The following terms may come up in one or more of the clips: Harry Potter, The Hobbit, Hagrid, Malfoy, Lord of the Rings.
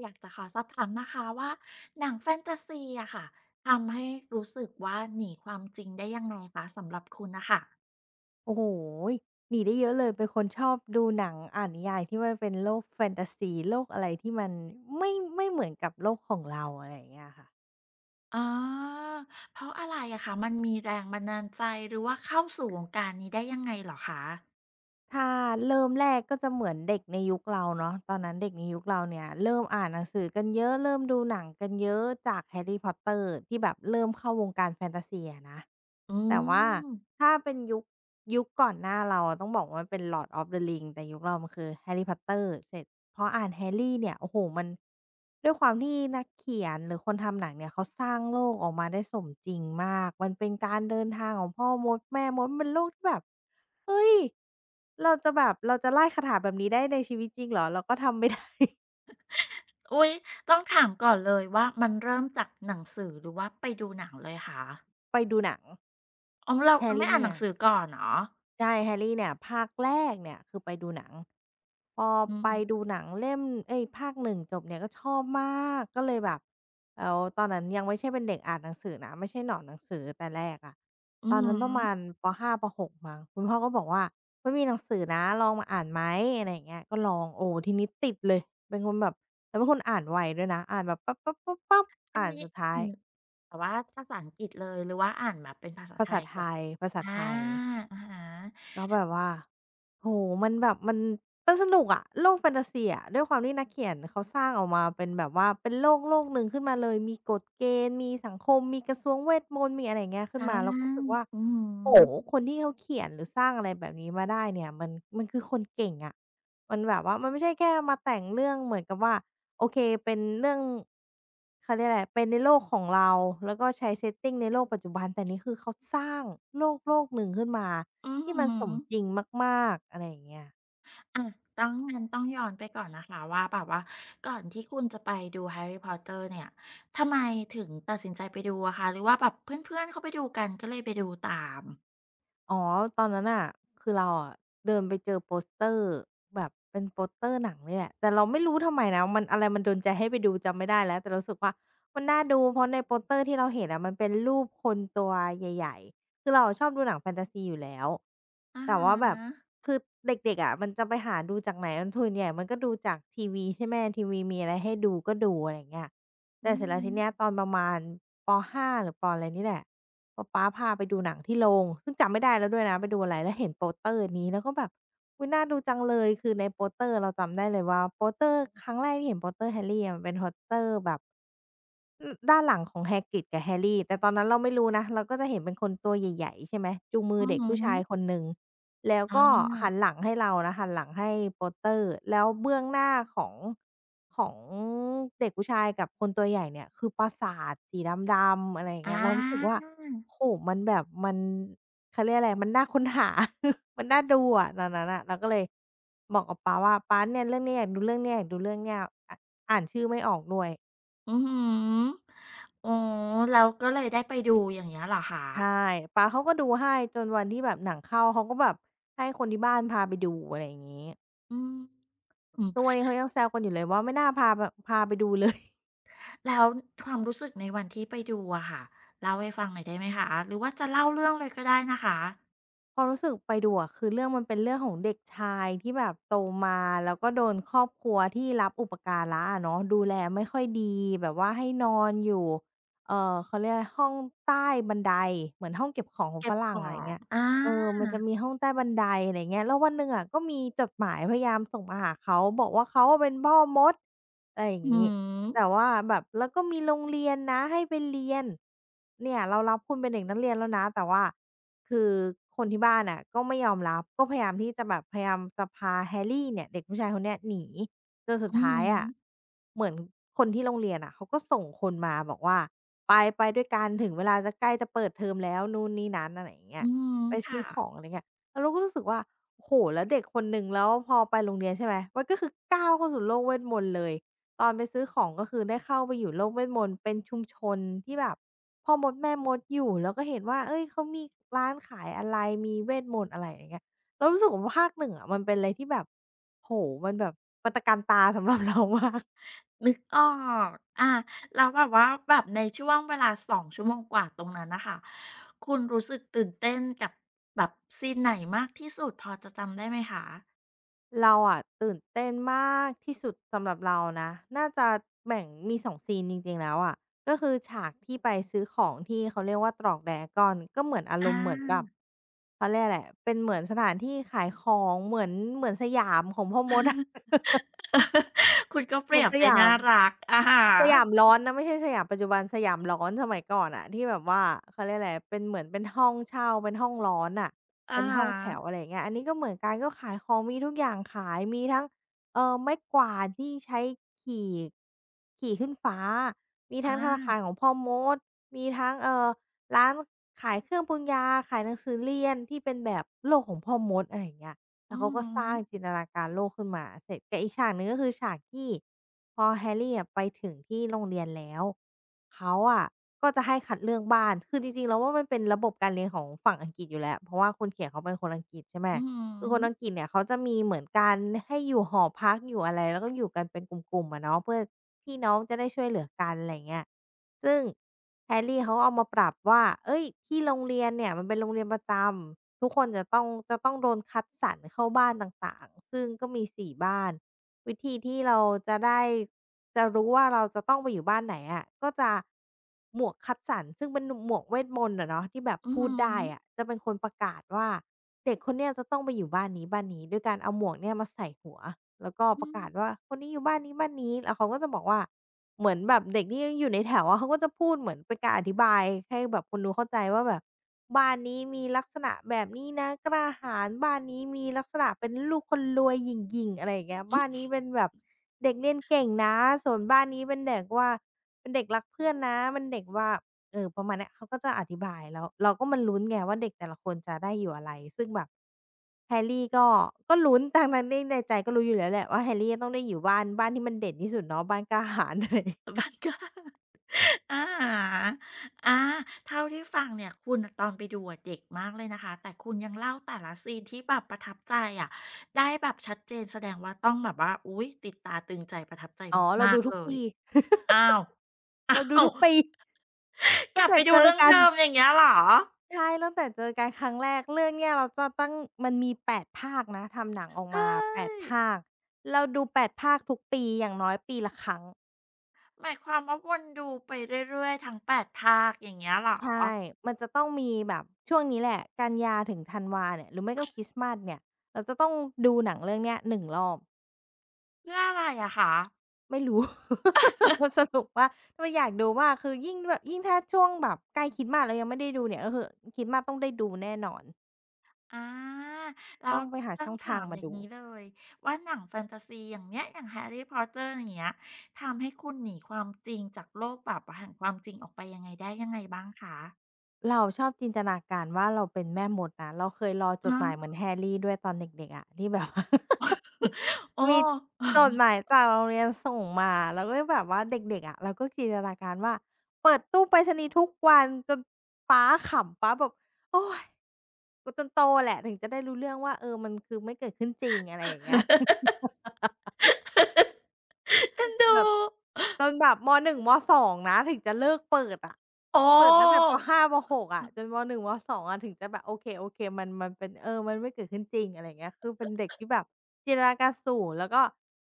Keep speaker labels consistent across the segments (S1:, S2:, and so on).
S1: อยากจะขอสอบถามนะคะว่าหนังแฟนตาซีอะค่ะทำให้รู้สึกว่าหนีความจริงได้ยังไงคะสำหรับคุณนะคะ
S2: โอ้โหหนีได้เยอะเลย เป็นคนชอบดูหนังอ่านนิยายที่มันเป็นโลกแฟนตาซีโลกอะไรที่มันไม่เหมือนกับโลกของเราอะไรอย่างเงี้ยค่ะ
S1: อ๋อเพราะอะไรอะคะมันมีแรงบันดาลใจหรือว่าเข้าสู่วงการนี้ได้ยังไงเหรอคะ
S2: ถ้าเริ่มแรกก็จะเหมือนเด็กในยุคเราเนาะตอนนั้นเด็กในยุคเราเนี่ยเริ่มอ่านหนังสือกันเยอะเริ่มดูหนังกันเยอะจาก Harry Potter ที่แบบเริ่มเข้าวงการแฟนตาซีอะนะ
S1: อื
S2: แต่ว่า
S1: ม
S2: ถ้าเป็นยุคก่อนหน้าเราอะต้องบอกว่ามันเป็น Lord of the Ring แต่ยุคเรามันคือ Harry Potter เสร็จพออ่าน Harry เนี่ยโอ้โฮมัน ด้วยความที่นักเขียนหรือคนทำหนังเนี่ยเขาสร้างโลกออกมาได้สมจริงมาก มันเป็นการเดินทางของพ่อมดแม่มดมันเป็นโลกที่แบบเฮ้ยเราจะไล่คาถาแบบนี้ได้ในชีวิตจริงเหรอเราก็ทำไม่ ได้
S1: อุ๊ยต้องถามก่อนเลยว่ามันเริ่มจากหนังสือหรือว่าไปดูหนังเลยคะ
S2: ไปดูหนัง
S1: อ๋อเรา
S2: แฮ
S1: เรา
S2: ร์
S1: ไม่
S2: ริ่ง
S1: อ่านหนั
S2: เนี่
S1: ง
S2: ย
S1: สือก่อนเหรอ
S2: ใช่แฮร์รี่เนี่ยภาคแรกเนี่ยคือไปดูหนังพอ
S1: อื
S2: ไป
S1: ม
S2: ดูหนังเล่มเอ๊ยภาคหนึ่งจบเนี่ยก็ชอบมากก็เลยแบบตอนนั้นยังไม่ใช่เป็นเด็กอ่านหนังสือนะไม่ใช่หนอนหนังสือแต่แรกอะ
S1: อื
S2: ตอนนั้นประมาณ
S1: ม
S2: ปห้าปหกมั้งคุณพ่อก็บอกว่ามันมีหนังสือนะลองมาอ่านไหมอะไรอย่างเงี้ยก็ลองโอ้ทีนี้ติดเลยเป็นคนแบบแล้วเป็นคนอ่านไวด้วยนะอ่านแบบปั๊บๆๆๆ
S1: อัน
S2: อ่าน
S1: นี้
S2: สุดท้า
S1: อื
S2: ย
S1: มแต่ว่าภาษาอังกฤษเลยหรือว่าอ่านแบบเป็นภาษา
S2: ภา
S1: ไท
S2: ษา
S1: ยก
S2: ไทยภาษา
S1: อา
S2: ไทย
S1: อะฮะ
S2: แล้วแบบว่าโอ้โมันแบบมันมันสนุกอะโลกแฟนตาซีอะด้วยความที่นักเขียนเขาสร้างออกมาเป็นแบบว่าเป็นโลกหนึ่งขึ้นมาเลยมีกฎเกณฑ์มีสังคมมีกระทรวงเวทมนต์มีอะไรอย่างเงี้ยขึ้น
S1: อา
S2: มาเราก็รู้สึกว่า
S1: อือฮ
S2: โอ้โฮ
S1: ึ
S2: คนที่เขาเขียนหรือสร้างอะไรแบบนี้มาได้เนี่ยมันคือคนเก่งอะมันแบบว่ามันไม่ใช่แค่มาแต่งเรื่องเหมือนกับว่าโอเคเป็นเรื่องเขาเรียกอะไรเป็นในโลกของเราแล้วก็ใช้ setting ในโลกปัจจุบันแต่นี่คือเขาสร้างโลกหนึ่งขึ้นมา
S1: อือ
S2: ที่มัน
S1: ฮึ
S2: สมจริงมากๆอะไรอย่างเงี้ย
S1: อะต้องงั้นต้องย้อนไปก่อนนะคะว่าแบบว่าก่อนที่คุณจะไปดู Harry Potter เนี่ยทำไมถึงตัดสินใจไปดูอะคะหรือว่าแบบเพื่อนๆเขาไปดูกันก็เลยไปดูตาม
S2: อ๋อตอนนั้นน่ะคือเราอะเดินไปเจอโปสเตอร์แบบเป็นโปสเตอร์หนังนี่แหละ แต่เราไม่รู้ทำไมนะมันอะไรมันดลใจให้ไปดูจำไม่ได้แล้วแต่เรารู้สึกว่ามันน่าดูเพราะในโปสเตอร์ที่เราเห็นอะมันเป็นรูปคนตัวใหญ่ๆ คือเราอะชอบดูหนังแฟนตาซีอยู่แล้ว
S1: อะ
S2: แต่ว่าแบบ
S1: ฮะ
S2: คือเด็กๆอะมันจะไปหาดูจากไหนส่วนใหญ่มันก็ดูจากทีวีใช่ไหมทีวีมีอะไรให้ดูก็ดูอะไรอย่างเงี้ย
S1: อื
S2: แต่
S1: อ
S2: เสร็จแล้ว
S1: ฮึ
S2: ทีเนี้ยตอนประมาณป5หรือปอะไรนี่แหละ ป๊าพาไปดูหนังที่โรงซึ่งจำไม่ได้แล้วด้วยนะไปดูอะไรแล้วเห็นโปสเตอร์นี้แล้วก็แบบอุ๊ยน่าดูจังเลยคือในโปสเตอร์เราจำได้เลยว่าโปสเตอร์ครั้งแรกที่เห็นโปสเตอร์แฮร์รี่อะมันเป็นโปสเตอร์แบบ อือด้านหลังของ Hagrid กับ Harry แต่ตอนนั้นเราไม่รู้นะเราก็จะเห็นเป็นคนตัวใหญ่ๆใช่ไหมจูงมือ
S1: อื
S2: เด็ก
S1: อ
S2: ผู้
S1: ฮึ
S2: ชายคนหนึ่งแล้ว
S1: อา
S2: ก็หันหลังให้เรานะหันหลังให้ Potter แล้วเบื้องหน้าของของเด็กผู้ชายกับคนตัวใหญ่เนี่ยคือปราสาทสีดำๆอะไรอย่าง
S1: อา
S2: เงี้ยเรารู้สึกว่าโอ้โฮมันแบบมันเขาเรียกอะไรมันน่าค้นหา มันน่าดูอะตอนนั้นน่ะเราก็เลยบอกกับป๊าว่าป๊าเนี่ยเรื่องเนี้ยอยากดูเรื่องเนี้ยอยากดูเรื่องเนี้ยออ่านชื่อไม่ออกด้วย
S1: อือฮึอ๋อแล้วก็เลยได้ไปดูอย่างเงี้ยเหรอคะ
S2: ใช่ป๊าเขาก็ดูให้จนวันที่แบบหนังเข้าเขาก็แบบให้คนที่บ้านพาไปดูอะไรอย่างงี้
S1: อืม
S2: ทุกวันนี้เขายังแซวกันอยู่เลยว่าไม่น่าพาพาไปดูเลย
S1: แล้วความรู้สึกในวันที่ไปดูอะค่ะเล่าให้ฟังหน่อยได้ไหมคะหรือว่าจะเล่าเรื่องเลยก็ได้นะคะ
S2: ความรู้สึกไปดูอะคือเรื่องมันเป็นเรื่องของเด็กชายที่แบบโตมาแล้วก็โดนครอบครัวที่รับอุปการะอะเนาะดูแลไม่ค่อยดีแบบว่าให้นอนอยู่เขาเรียกอะไรห้องใต้บันไดเหมือนห้องเก็บของของ
S1: เก็
S2: ฝ
S1: บข
S2: รั่ง
S1: อ
S2: อะไร
S1: ง
S2: เงี้ย
S1: อา
S2: เออมันจะมีห้องใต้บันไดอะไรเงี้ยแล้ววันหนึ่งอะก็มีจดหมายพยายามส่งมาหาเขาบอกว่าเขาอะเป็นพ่อมดอะไรอย่าง
S1: อือฮึ
S2: งี้แต่ว่าแบบแล้วก็มีโรงเรียนนะให้ไปเรียนเนี่ยเรารับคุณเป็นเด็กนักเรียนแล้วนะแต่ว่า คือคนที่บ้านน่ะก็ไม่ยอมรับก็พยายามที่จะแบบพยายามจะพาแฮร์รี่เนี่ยเด็กผู้ชายคนเนี้ยหนีจนสุด
S1: อือฮ
S2: ท้ายอะ
S1: ึ
S2: เหมือนคนที่โรงเรียนอะเขาก็ส่งคนมาบอกว่าไปด้วยกันถึงเวลาจะใกล้จะเปิดเทอมแล้วนู่นนี่นั้นอะไรอย่างเงี้
S1: อื
S2: ย
S1: ม
S2: ไปซื้
S1: ค่ะ
S2: อของอะไรเงี้ยแล้วเราก็รู้สึกว่าโอ้โฮแล้วเด็กคนหนึ่งแล้วพอไปโรงเรียนใช่ไหมมันก็คือก้าวเข้าสู่โลกเวทมนต์เลยตอนไปซื้อของก็คือได้เข้าไปอยู่โลกเวทมนต์เป็นชุมชนที่แบบ พอมดแม่มดอยู่แล้วก็เห็นว่าเฮ้ยเขามีร้านขายอะไรมีเวทมนต์อะไรอย่างเงี้ยเรารู้สึกว่าภาคหนึ่งอะมันเป็นอะไรที่แบบโอ้โฮมันแบบมัตะการตาสำหรับเรามาก
S1: นึกออกอาแล้วแบบว่าแบบในช่วงเวลา2ชั่วโมงกว่าตรงนั้นน่ะค่ะคุณรู้สึกตื่นเต้นกับแบบซีนไหนมากที่สุดพอจะจำได้ไหมคะ
S2: เราอะตื่นเต้นมากที่สุดสำหรับเรานะน่าจะแบ่งมีสองซีนจริงๆแล้วอะก็คือฉากที่ไปซื้อของที่เขาเรียกว่าตรอก Dragon ก็เหมือนอาร
S1: อา
S2: มณ์เหมือนแบบเขาเรียกอะไรเป็นเหมือนสถานที่ขายของเหมือนสยามของพ่อมดอะ
S1: คุณก็เป
S2: เหมื
S1: รี
S2: อน
S1: ยบ
S2: ส
S1: ได้
S2: ยา
S1: น่า
S2: ม
S1: รักอะฮะ
S2: สยามร้อนนะไม่ใช่สยามปัจจุบันสยามร้อนสมัยก่อนอะที่แบบว่าเขาเรียกอะไรเป็นเหมือนเป็นห้องเช่าเป็นห้องร้อนน่ะ
S1: อะ
S2: เป็น
S1: ฮ
S2: ห้องแถว
S1: ะ
S2: อะไรอย่างเงี้ยอันนี้ก็เหมือนกันก็ขายของมีทุกอย่างขายมีทั้งไม้กวาดที่ใช้ขี่ขี่ขึ้นฟ้ามี
S1: อะฮ
S2: ทั้งธนาคารของ
S1: ะ
S2: พ่อมดมีทั้งร้านขายเครื่องปรุงยาขายหนังสือเรียนที่เป็นแบบโลกของพ่อมดอะไรอย่างเงี้ย
S1: อา
S2: แล้
S1: อื
S2: ว
S1: อ
S2: เขาก็
S1: ฮึ
S2: สร้างจินตนาการโลกขึ้นมาเสร็จกับอีกฉากหนึ่งก็คือฉากที่พอแฮร์รี่อะไปถึงที่โรงเรียนแล้วเขาอะก็จะให้คัดเลือกบ้านคือจริงๆเราวว่ามันเป็นระบบการเรียนของฝั่งอังกฤษอยู่แล้วเพราะว่าคนเขียนเขาเป็นคนอังกฤษใช่ไหม
S1: อือ
S2: คือคนอังก
S1: ฮึ
S2: ฤษเนี่ยเขาจะมีเหมือนการให้อยู่หอพักอยู่อะไรแล้วก็อยู่กันเป็นกลุ่มๆอะเนาะเพื่อพี่น้องจะได้ช่วยเหลือกันอะไรอย่างเงี้ยซึ่งแฮร์รี่เขาก็เอามาปรับว่าเฮ้ยที่โรงเรียนเนี่ยมันเป็นโรงเรียนประจำ ทุกคนจะต้องโดนคัดสรรเข้าบ้านต่างๆซึ่งก็มี4บ้านวิธีที่เราจะได้จะรู้ว่าเราจะต้องไปอยู่บ้านไหนอะก็จะหมวกคัดสรรซึ่งเป็นนหมวกเวทมนต์อะเนาะที่แบบ
S1: อือ
S2: พู
S1: ฮึ
S2: ดได้อะ
S1: อ
S2: จะเป็นคนประกาศว่าเด็กคนเนี้ยจะต้องไปอยู่บ้านนี้บ้านนี้ด้วยการเอาหมวกเนี่ยมาใส่หัวแล้วก็ป
S1: อื
S2: ระ
S1: ม
S2: กาศว่าคนนี้อยู่บ้านนี้บ้านนี้แล้วเขาก็จะบอกว่า เหมือนแบบเด็กที่ยังอยู่ในแถวอะเขาก็จะพูดเหมือนเป็นการอธิบายให้แบบคนดูเข้าใจว่าแบบบ้านนี้มีลักษณะแบบนี้นะกระหาญบ้านนี้มีลักษณะเป็นลูกคนรวยหยิ่งๆอะไรอย่างเงี้ยบ้านนี้เป็นแบบเด็กเรียนเก่งนะส่วนบ้านนี้เป็นเด็กว่าเป็นเด็กรักเพื่อนนะเป็นเด็กว่า เออประมาณเนี้ยเขาก็จะอธิบายแล้วเราก็มาลุ้นไงว่าเด็กแต่ละคนจะได้อยู่อะไรซึ่งแบบ Harry ก็ลุ้นทั้งๆที่ในใจก็รู้อยู่แล้วแหละว่า Harry จะต้องได้อยู่บ้านที่มันเด่นที่สุดเนาะบ้านกล้าหาญอะไร
S1: มันก็ อะฮะอาเท่าที่ฟังเนี่ยคุณน่ะตอนไปดูอะเด็กมากเลยนะคะแต่คุณยังเล่าแต่ละซีนที่แบบประทับใจอะได้แบบชัดเจนแสดงว่าต้องแบบว่าอุ๊ยติดตาตึงใจประทับใจ
S2: อ๋อเรา
S1: มา
S2: ดู
S1: กๆ
S2: ทุ
S1: เล
S2: ก
S1: ย
S2: ปี
S1: อ้า ว อ้า
S2: เราดู
S1: ว
S2: ทุกปี
S1: ก
S2: ตั้
S1: ลั
S2: ง
S1: บ
S2: แต่
S1: ไปดู
S2: เจอ
S1: เรื่อง
S2: กัน
S1: เดิมอย่างเงี้ยเหรอ
S2: ใช่ตั้งแต่เจอกันครั้งแรกเรื่องเนี้ยเราจะตั้งมันมี8ภาคนะทำหนังออก
S1: ใช
S2: มาแปด
S1: ่
S2: ภาคเราดู8ภาคทุกปีอย่างน้อยปีละครั้ง
S1: หมายความว่าวนดูไปเรื่อยๆทั้ง8ภาคอย่างเงี้ยเหรอ
S2: ใช่มันจะต้องมีแบบช่วงนี้แหละกันยาถึงธันวาเนี่ยหรือไม่ก็คริสต์มาสเนี่ยเราจะต้องดูหนังเรื่องเนี้ยหนึ่งรอบ
S1: เพื่ออะไรอะคะ
S2: ไม่รู้ มันสรุปว่ามันอยากดูมากคือยิ่งแบบยิ่งถ้าช่วงแบบใกล้คริสต์มาสแล้วยังไม่ได้ดูเนี่ยก็คือคริสต์มาสต้องได้ดูแน่นอน
S1: อาแล้ว
S2: ต้องไปหา
S1: ต้อ
S2: ช่
S1: ง
S2: องทา
S1: ถา
S2: ง
S1: ม
S2: มา
S1: อย่าง
S2: ดู
S1: นี้เลยว่าหนังแฟนตาซีอย่างเนี้ยอย่าง Harry Potter อย่างเงี้ยทำให้คุณหนีความจริงจากโลกแบบแห่งความจริงออกไปยังไงได้ยังไงบ้างคะ
S2: เราชอบจินตนาการว่าเราเป็นแม่มดนะเราเคยรอจ
S1: อ
S2: ดหมายเหมือน
S1: อ
S2: แฮร์รี่ด้วยตอนเด็กๆอะที่แบบ ว่า
S1: โอ้
S2: มีจดหมายจากโรงเรียนส่งมาแล้วก็แบบว่าเด็กๆอะเราก็จินตนาการว่าเปิดตู้ไปรษณีย์ทุกวันจนป๊าขำป๊าแบบโอ๊ยจนโตแหละถึงจะได้รู้เรื่องว่าเออมันคือไม่เกิดขึ้นจริงอะไรอย่างเงี้ย
S1: เอ็นดู
S2: แบบจนแบบมหนึ่งมสองนะถึงจะเลิกเปิดอะ
S1: โอ้
S2: เปิดตั้งแต่ป5ปกอะจนมหนึ่1มสองอะถึงจะแบบโอเคโอเคมันมันเป็นเออมันไม่เกิดขึ้นจริงอะไรอย่างเงี้ยคือเป็นเด็กที่แบบจินตนาการสูงแล้วก็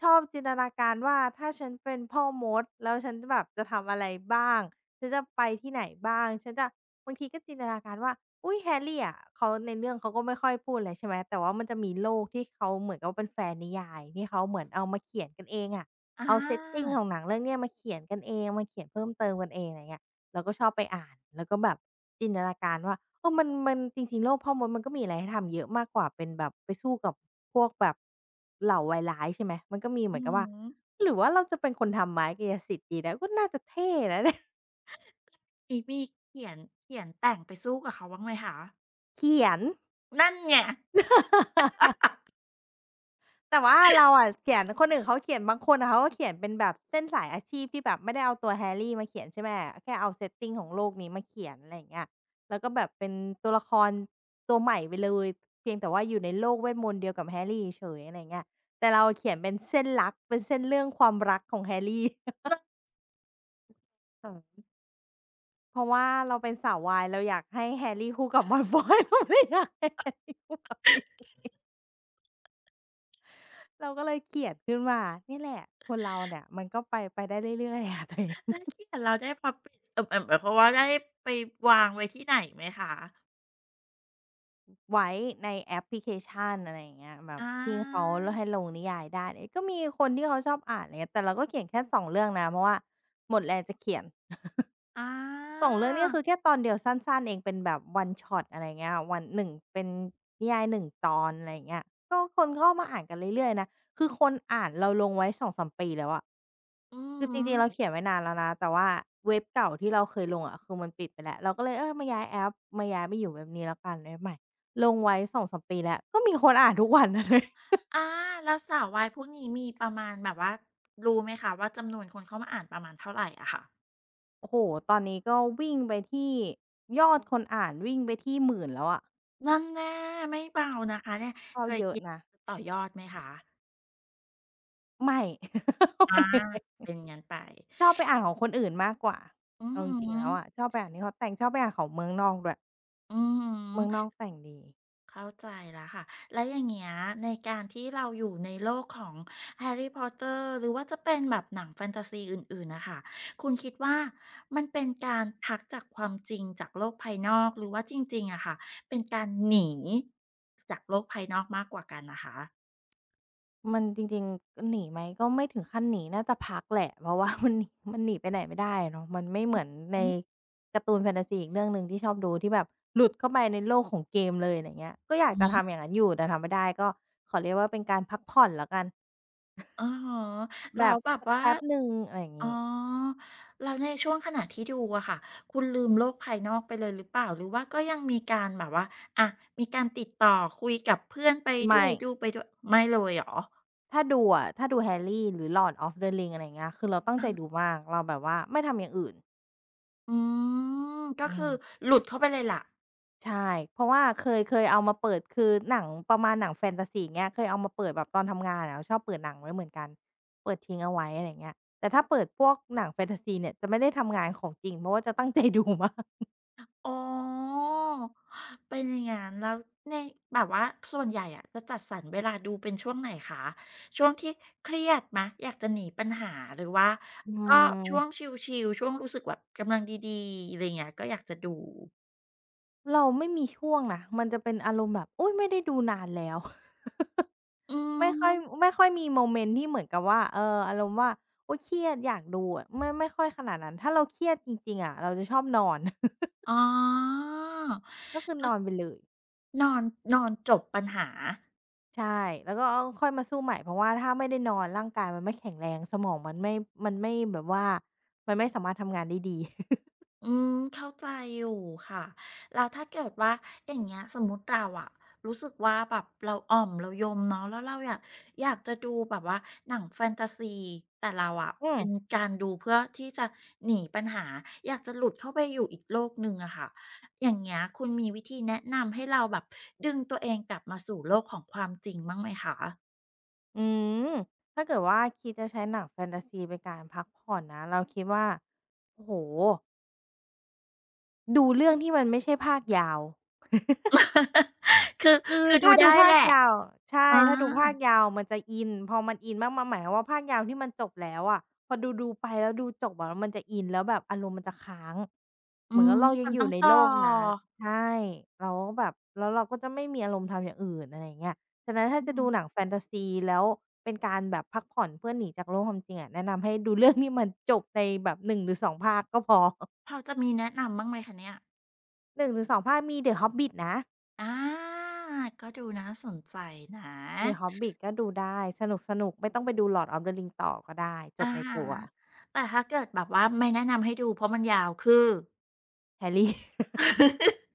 S2: ชอบจินตนาการว่าถ้าฉันเป็นพ่อมดแล้วฉันจะแบบจะทำอะไรบ้างฉันจะไปที่ไหนบ้างฉันจะบางทีก็จินตนาการว่าอุ๊ยแฮร์รี่อะเขาในเรื่องเขาก็ไม่ค่อยพูดอะไรใช่ไหมแต่ว่ามันจะมีโลกที่เขาเหมือนกับว่าเป็นแฟนนิยายที่เขาเหมือนเอามาเขียนกันเองอะ
S1: อ
S2: เอา setting
S1: า
S2: ของหนังเรื่องเนี้ยมาเขียนกันเองมาเขียนเพิ่มเติมกันเองอะไรเงี้ยเราก็ชอบไปอ่านแล้วก็แบบจินตนาการว่าเออมันจริงๆโลกพ่อมดมันก็มีอะไรให้ทำเยอะมากกว่าเป็นแบบไปสู้กับพวกแบบเหล่าวายร้ายใช่ไหมมันก็มีเห
S1: อื
S2: มือ
S1: อ
S2: นกับว่า
S1: ฮึ
S2: หรือว่าเราจะเป็นคนทำไม้กายสิทธิ์ดีนะก็น่าจะเท่นะ เนี่ย
S1: อี้มีเขียนเขียนแต่งไปสู้กับเขาบ้างไหมคะ
S2: เขียน
S1: นั่นไง
S2: แต่ว่าเราอะเขียนคนอื่นเขาเขียนบางคนอะเขาก็เขียนเป็นแบบเส้นสายอาชีพที่แบบไม่ได้เอาตัวแฮร a รี่มาเขียนใช่ไหมแค่เอา setting ของโลกนี้มาเขียนอะไรอย่างเงี้ยแล้วก็แบบเป็นตัวละครตัวใหม่ไปเลยเพียงแต่ว่าอยู่ในโลกเวทมนต์เดียวกับแฮร์รี่เฉยอะไรอย่างเงี้ยแต่เราเขียนเป็นเส้นรักเป็นเส้นเรื่องความรักของแฮร์รี่
S1: เออแล
S2: เพราะว่าเราเป็นสาววายเราอยากให้แฮร์รี่คู่กับ Malfoy เราไม่ได้อยากให้แฮร์รี่คู่กับจิ๊บเราก็เลยเขียนขึ้นมานี่แหละคนเราเนี่ยมันก็ไปได้เรื่อยๆอะตัวเอง
S1: ้วเขียนแล้วได้ publish เอ่อๆหมายความว่าได้ไปวางไว้ที่ไหนไหมคะ
S2: ไว้ในแอปพลิเคชันอะไรอย่างเงี้ยแบบ
S1: อา
S2: ที่เขาให้ลงนิยายได้เอ๊ยก็มีคนที่เขาชอบอ่านอะไรเงี้ยแต่เราก็เขียนแค่2เรื่องนะเพราะว่าหมดแรงจะเขียน
S1: อา
S2: 2เรื่องนี่ก็คือแค่ตอนเดียวสั้นๆเองเป็นแบบ one shot อะไรเงี้ยวัน1เป็นนิยาย1ตอนอะไรอย่างเงี้ยก็คนเข้ามาอ่านกันเรื่อยๆนะคือคนอ่านเราลงไว้2-3ปีแล้วอะ
S1: อื
S2: คือ
S1: อ
S2: จ
S1: ฮึ
S2: ริงๆเราเขียนไว้นานแล้วนะแต่ว่าเว็บเก่าที่เราเคยลงอะคือมันปิดไปแล้วเราก็เลยเออมาย้ายแอปมาย้ายมาอยู่เว็บนี้แล้วกันเว็บใหม่ลงไว้2มปีแล้วก็มีคนอ่าน ทุกวันนะเธอ
S1: อาแล้วสาววายพวกนี้มีประมาณแบบว่ารู้ไหมคะว่าจำนวนคนเข้ามาอ่านประมาณเท่าไรอะค่ะ
S2: โอ้โฮตอนนี้ก็วิ่งไปที่ยอดคนอ่านวิ่งไปที่1 0ื่0แล้วอะ
S1: นั่นแน่ไม่เบานะคะเนี่ย
S2: ก็
S1: เคย
S2: เยอะ
S1: คิด
S2: นะ
S1: ต่อยอดไหมคะ
S2: ไม่ มั
S1: อา
S2: นเหนื่อย
S1: เป็นงั้นไป
S2: ชอบไปอ่านของคนอื่นมากกว่า
S1: อือ
S2: เอาจริงๆ
S1: ฮึ
S2: แล้วอะชอบไปอ่านที่เขาแต่งชอบไปอ่านของเมืองนอกด้วย
S1: อือฮ
S2: เมืองน
S1: ึ
S2: อกแต่งดี
S1: เข้าใจแล้วค่ะ แล้วอย่างเงี้ยในการที่เราอยู่ในโลกของแฮรรี r r อ p เต t e r หรือว่าจะเป็นแบบหนังแฟนตาซีอื่นๆนะคะ คุณคิดว่ามันเป็นการพักจากความจริงจากโลกภายนอกหรือว่าจริงๆอะค่ะ เป็นการหนีจากโลกภายนอกมากกว่ากันนะคะ
S2: มันจริงๆหนีไหมก็ไม่ถึงขั้นหนีน่าจะพักแหละเพราะว่า มันหนีไปไหนไม่ได้อะเนาะมันไม่เหมือนใน
S1: อือ
S2: การ์ตูนแฟนทาซีอีกเรื่องหนึ่งที่ชอบดูที่แบบหลุดเข้าไปในโลกของเกมเลยอะไรอย่างเงี้ยก็อยากจะทำอย่างนั้นอยู่แต่ทำไม่ได้ก็ขอเรียกว่าเป็นการพักผ่อนแล้วกัน
S1: อ๋อเหรอ
S2: แบ
S1: แล้ว
S2: บ
S1: แบบ
S2: สัก
S1: ว่า
S2: แป๊บหนึ่งอะไรอย่าง
S1: อ๋อ
S2: งี้
S1: แล้วในช่วงขณะที่ดูอะค่ะคุณลืมโลกภายนอกไปเลยหรือเปล่าหรือว่าก็ยังมีการแบบว่าอะมีการติดต่อคุยกับเพื่อนไปด้ว
S2: ไม่
S1: ยดูไปด้วยไม่เลยเหรอ
S2: ถ้าดูอะถ้าดู Harry หรือ Lord of the Ring อะไรอย่างเงี้ยคือเราตั้ง
S1: อา
S2: ใจดูมากเราแบบว่าไม่ทำอย่างอื่น
S1: อืมก็
S2: อืม
S1: คือหลุดเข้าไปเลยล่ะ
S2: ใช่ เพราะว่าเคยเอามาเปิดคือหนังประมาณหนังแฟนตาซีอย่างเงี้ยเคยเอามาเปิดแบบตอนทำงานอะเราชอบเปิดหนังไว้เหมือนกันเปิดทิ้งเอาไว้อะไรอย่างเงี้ยแต่ถ้าเปิดพวกหนังแฟนตาซีเนี่ยจะไม่ได้ทำงานของจริงเพราะว่าจะตั้งใจดูมาก
S1: อ๋อ เป็นอย่างงั้นแล้วในแบบว่าส่วนใหญ่อะจะจัดสรรเวลาดูเป็นช่วงไหนคะช่วงที่เครียดไหมอยากจะหนีปัญหาหรือว่า
S2: อื
S1: ก็ช่วงช
S2: ม
S1: ิลๆช่วงรู้สึกแบบกำลังดีๆอะไรอย่างเงี้ยก็อยากจะดู
S2: เราไม่มีช่วงนะมันจะเป็นอารมณ์แบบอุ๊ยไม่ได้ดูนานแล้ว
S1: อื
S2: ไม่ค่อย
S1: ม
S2: ไม่ค่อยมีโมเมนต์ที่เหมือนกับว่าเอออารมณ์ว่าอุ๊ยเครียดอยากดูอะไม่ค่อยขนาดนั้นถ้าเราเครียดจริงๆอะเราจะชอบนอน
S1: อ๋อ
S2: ก็คือนอน
S1: ก็
S2: ไปเลย
S1: นอนนอนจบปัญหา
S2: ใช่ แล้วก็ค่อยมาสู้ใหม่ เพราะว่าถ้าไม่ได้นอนร่างกายมันไม่แข็งแรง สมองมันไม่ มันไม่แบบว่ามันไม่สามารถทำงานได้ดี
S1: อืมเข้าใจอยู่ค่ะแล้วถ้าเกิดว่าอย่างเงี้ยสมมุติเราอะรู้สึกว่าแบบเราอ่อมเรายมเนาะแล้วเราอยากอยากจะดูแบบว่าหนังแฟนตาซีแต่เราอะ
S2: อืม
S1: เป็นการดูเพื่อที่จะหนีปัญหาอยากจะหลุดเข้าไปอยู่อีกโลกหนึ่งอะค่ะอย่างเงี้ยคุณมีวิธีแนะนำให้เราแบบดึงตัวเองกลับมาสู่โลกของความจริงบ้างไหมคะ
S2: อืมถ้าเกิดว่าคิดจะใช้หนังแฟนตาซีเป็นการพักผ่อนนะ เราคิดว่า โอ้โฮดูเรื่องที่มันไม่ใช่ภาคยาว
S1: า คือ
S2: คือ
S1: คือดู
S2: ถ้าดู
S1: ได้
S2: ภา
S1: แห
S2: ค
S1: ละ
S2: ยาวใช่
S1: อา
S2: ถ้าดูภาคยาวมันจะอินพอมันอินมากๆหมายความว่าภาคยาวที่มันจบแล้วอะพอดูๆไปแล้วดูจบอะแล้วมันจะอินแล้วแบบอารมณ์มันจะค้าง
S1: อื
S2: เหมือน
S1: ม
S2: กับเรายั
S1: มั
S2: ง
S1: น
S2: อ
S1: ต้อ
S2: ยู่
S1: ง
S2: ใน
S1: ต่
S2: โลกนั้น
S1: อ
S2: ใช่เราก็แบบแล้วเราก็จะไม่มีอารมณ์ทำอย่างอื่นอะไรอย่างเงี้ยฉะนั้นถ้า
S1: อื
S2: จะดูหนัง
S1: ม
S2: แฟนตาซีแล้วเป็นการแบบพักผ่อนเพื่อหนีจากโลกความจริงอะแนะนำให้ดูเรื่องที่มันจบในแบบหนึ่งหรือสองภาคก็พอ
S1: พอจะมีแนะนำบ้างไหมคะเนี่ย
S2: หนึ่งหรือสองภาคมี The Hobbit นะ
S1: อาก็ดูน่าสนใจนะ
S2: The Hobbit ก็ดูได้สนุกๆไม่ต้องไปดู Lord of the Ring ต่อก็ได้จ
S1: อะ
S2: บใน
S1: ฮะ
S2: ตัว
S1: แต่ถ้าเกิดแบบว่าไม่แนะนำให้ดูเพราะมันยาวคือ
S2: Harry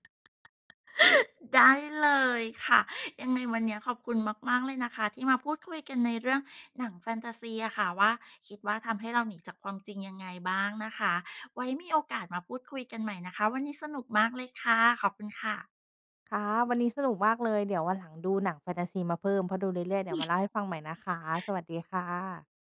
S1: ได้เลยค่ะยังไงวันเนี้ยขอบคุณมากๆเลยนะคะที่มาพูดคุยกันในเรื่องหนังแฟนตาซีอะค่ะว่าคิดว่าทำให้เราหนีจากความจริงยังไงบ้างนะคะไว้มีโอกาสมาพูดคุยกันใหม่นะคะวันนี้สนุกมากเลยค่ะขอบคุณค่ะ
S2: ค่ะวันนี้สนุกมากเลยเดี๋ยววันหลังดูหนังแฟนทาซีมาเพิ่มเพราะดูเรื่อยๆเดี๋ยวมาเล่าให้ฟังใหม่นะคะสวัสดีค่ะ